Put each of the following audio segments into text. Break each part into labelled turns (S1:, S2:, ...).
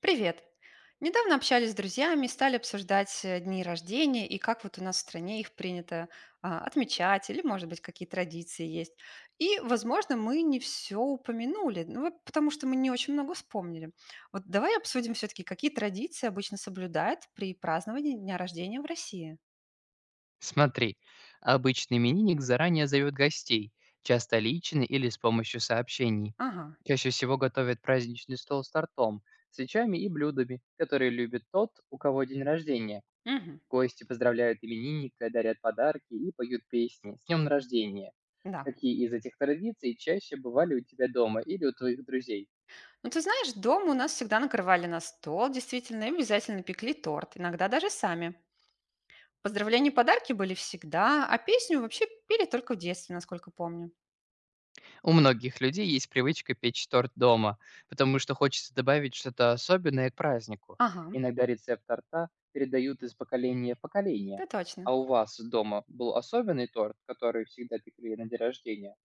S1: Привет! Недавно общались с друзьями, стали обсуждать дни рождения и как вот у нас в стране их принято отмечать, или, может быть, какие традиции есть. И, возможно, мы не все упомянули, ну, вот потому что мы не очень много вспомнили. Вот давай обсудим все-таки, какие традиции обычно соблюдают при праздновании дня рождения в России.
S2: Смотри, обычный именинник заранее зовет гостей, часто лично или с помощью сообщений.
S1: Ага,
S2: Чаще всего готовят праздничный стол с тортом, свечами и блюдами, которые любит тот, у кого день рождения.
S1: мгм,
S2: Гости поздравляют именинника, дарят подарки и поют песни «С днем рождения».
S1: да.
S2: Какие из этих традиций чаще бывали у тебя дома или у твоих друзей?
S1: Ну, ты знаешь, дома у нас всегда накрывали на стол, действительно, и обязательно пекли торт, иногда даже сами. Поздравления и подарки были всегда, а песню вообще пели только в детстве, насколько помню.
S2: У многих людей есть привычка печь торт дома, потому что хочется добавить что-то особенное к празднику.
S1: Ага,
S2: Иногда рецепт торта передают из поколения в поколение.
S1: ты точно.
S2: А у вас дома был особенный торт, который всегда пекли на день рождения?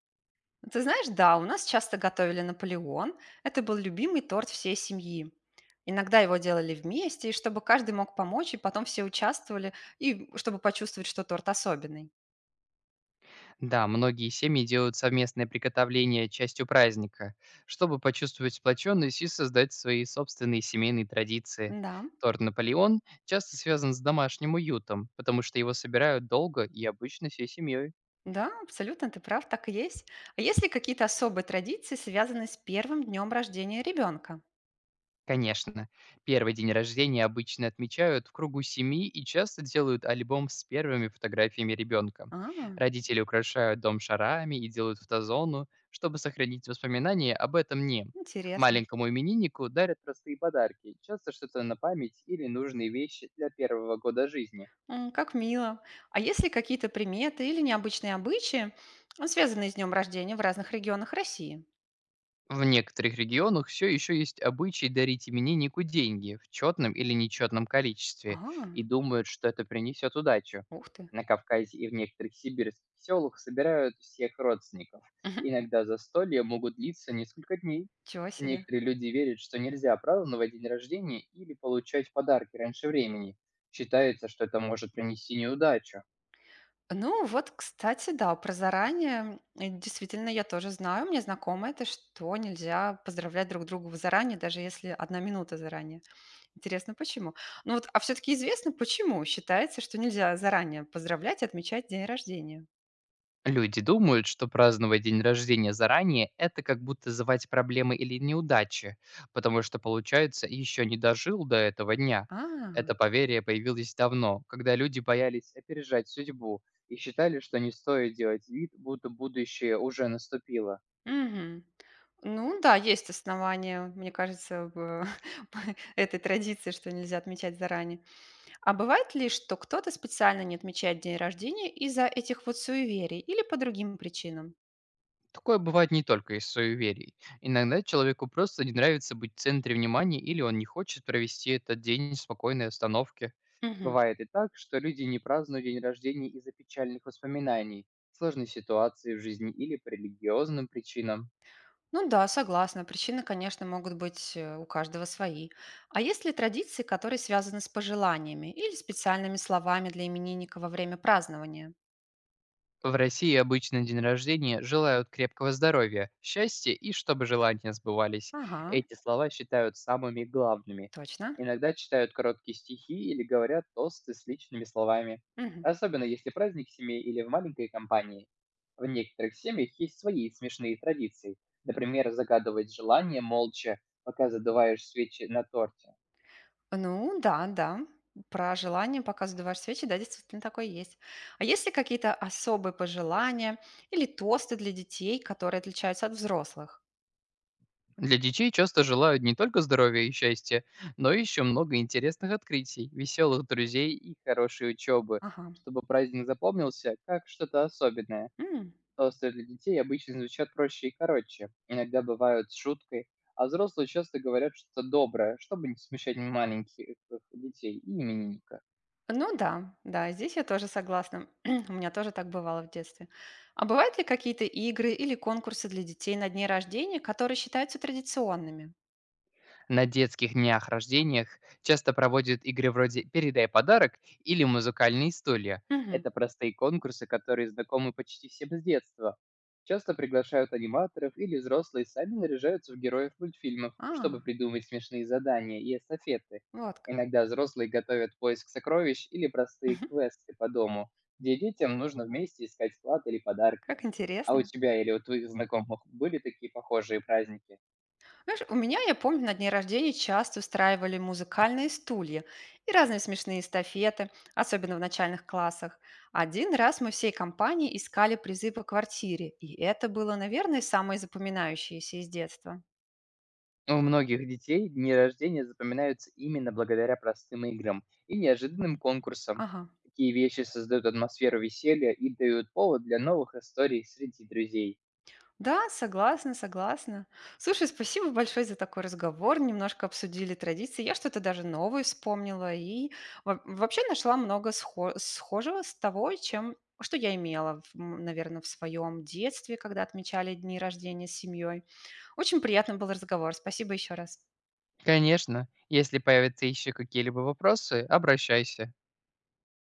S1: Ты знаешь, да, у нас часто готовили Наполеон. Это был любимый торт всей семьи. Иногда его делали вместе, и чтобы каждый мог помочь, и потом все участвовали, и чтобы почувствовать, что торт особенный.
S2: Да, многие семьи делают совместное приготовление частью праздника, чтобы почувствовать сплоченность и создать свои собственные семейные традиции.
S1: Да,
S2: Торт Наполеон часто связан с домашним уютом, потому что его собирают долго и обычно всей семьей.
S1: да, абсолютно, ты прав, так и есть. А есть ли какие-то особые традиции, связанные с первым днем рождения ребенка?
S2: Конечно. Первый день рождения обычно отмечают в кругу семьи и часто делают альбом с первыми фотографиями ребенка.
S1: А,
S2: Родители украшают дом шарами и делают фотозону, чтобы сохранить воспоминания об этом дне.
S1: интересно.
S2: Маленькому имениннику дарят простые подарки, часто что-то на память или нужные вещи для первого года жизни.
S1: М, как мило. А есть ли какие-то приметы или необычные обычаи, ну, связанные с днем рождения в разных регионах России?
S2: В некоторых регионах все еще есть обычай дарить имениннику деньги в четном или нечетном
S1: А,
S2: количестве и думают, что это принесет удачу.
S1: ух ты.
S2: На Кавказе и в некоторых сибирских селах собирают всех родственников.
S1: Мгм.
S2: Иногда застолья могут длиться несколько дней.
S1: Чего себе.
S2: Некоторые люди верят, что нельзя праздновать день рождения или получать подарки раньше времени. Считается, что это может принести неудачу.
S1: Ну вот, кстати, да, про заранее. Действительно, я тоже знаю, мне знакомо это, что нельзя поздравлять друг друга заранее, даже если одна минута заранее. Интересно, почему? Ну вот, а все-таки известно, почему считается, что нельзя заранее поздравлять и отмечать день рождения.
S2: Люди думают, что праздновать день рождения заранее – это как будто звать проблемы или неудачи, потому что, получается, еще не дожил до этого дня.
S1: А,
S2: Это поверье появилось давно, когда люди боялись опережать судьбу и считали, что не стоит делать вид, будто будущее уже наступило.
S1: мгм. Ну да, есть основания, мне кажется, в этой традиции, что нельзя отмечать заранее. А бывает ли, что кто-то специально не отмечает день рождения из-за этих вот суеверий или по другим причинам?
S2: Такое бывает не только из суеверий. Иногда человеку просто не нравится быть в центре внимания или он не хочет провести этот день в спокойной остановке.
S1: Мгм.
S2: Бывает и так, что люди не празднуют день рождения из-за печальных воспоминаний, сложной ситуации в жизни или по религиозным причинам.
S1: Ну да, согласна. Причины, конечно, могут быть у каждого свои. А есть ли традиции, которые связаны с пожеланиями или специальными словами для именинника во время празднования?
S2: В России обычно день рождения желают крепкого здоровья, счастья и чтобы желания сбывались.
S1: Ага,
S2: Эти слова считают самыми главными.
S1: точно.
S2: Иногда читают короткие стихи или говорят тосты с личными словами.
S1: Мгм.
S2: Особенно если праздник в семье или в маленькой компании. В некоторых семьях есть свои смешные традиции. Например, загадывать желание молча, пока задуваешь свечи на торте.
S1: Ну да, да. Про желание, пока задуваешь свечи, да, действительно такое есть. А есть ли какие-то особые пожелания или тосты для детей, которые отличаются от взрослых?
S2: Для детей часто желают не только здоровья и счастья, но еще много интересных открытий, веселых друзей и хорошей учебы.
S1: Ага.
S2: Чтобы праздник запомнился как что-то особенное,
S1: М.
S2: тосты для детей обычно звучат проще и короче, иногда бывают с шуткой, а взрослые часто говорят что-то доброе, чтобы не смущать маленьких детей и именинника.
S1: Ну да, да, здесь я тоже согласна. У меня тоже так бывало в детстве. А бывают ли какие-то игры или конкурсы для детей на дни рождения, которые считаются традиционными?
S2: На детских днях рождениях часто проводят игры вроде «Передай подарок» или «Музыкальные стулья».
S1: Мгм.
S2: Это простые конкурсы, которые знакомы почти всем с детства. Часто приглашают аниматоров или взрослые сами наряжаются в героев мультфильмов,
S1: А,
S2: чтобы придумать смешные задания и эстафеты.
S1: вот как.
S2: Иногда взрослые готовят поиск сокровищ или простые
S1: Мгм.
S2: квесты по дому, где детям нужно вместе искать клад или подарки.
S1: Как
S2: А у
S1: интересно.
S2: тебя или у твоих знакомых были такие похожие праздники?
S1: Знаешь, у меня, я помню, на дни рождения часто устраивали музыкальные стулья и разные смешные эстафеты, особенно в начальных классах. Один раз мы всей компанией искали призы по квартире, и это было, наверное, самое запоминающееся из детства.
S2: У многих детей дни рождения запоминаются именно благодаря простым играм и неожиданным конкурсам.
S1: Ага.
S2: Такие вещи создают атмосферу веселья и дают повод для новых историй среди друзей.
S1: Да, согласна, согласна. Слушай, спасибо большое за такой разговор. Немножко обсудили традиции. Я что-то даже новое вспомнила и вообще нашла много схожего с того, чем что я имела, наверное, в своем детстве, когда отмечали дни рождения с семьей. Очень приятно был разговор. Спасибо еще раз.
S2: Конечно, если появятся еще какие-либо вопросы, обращайся.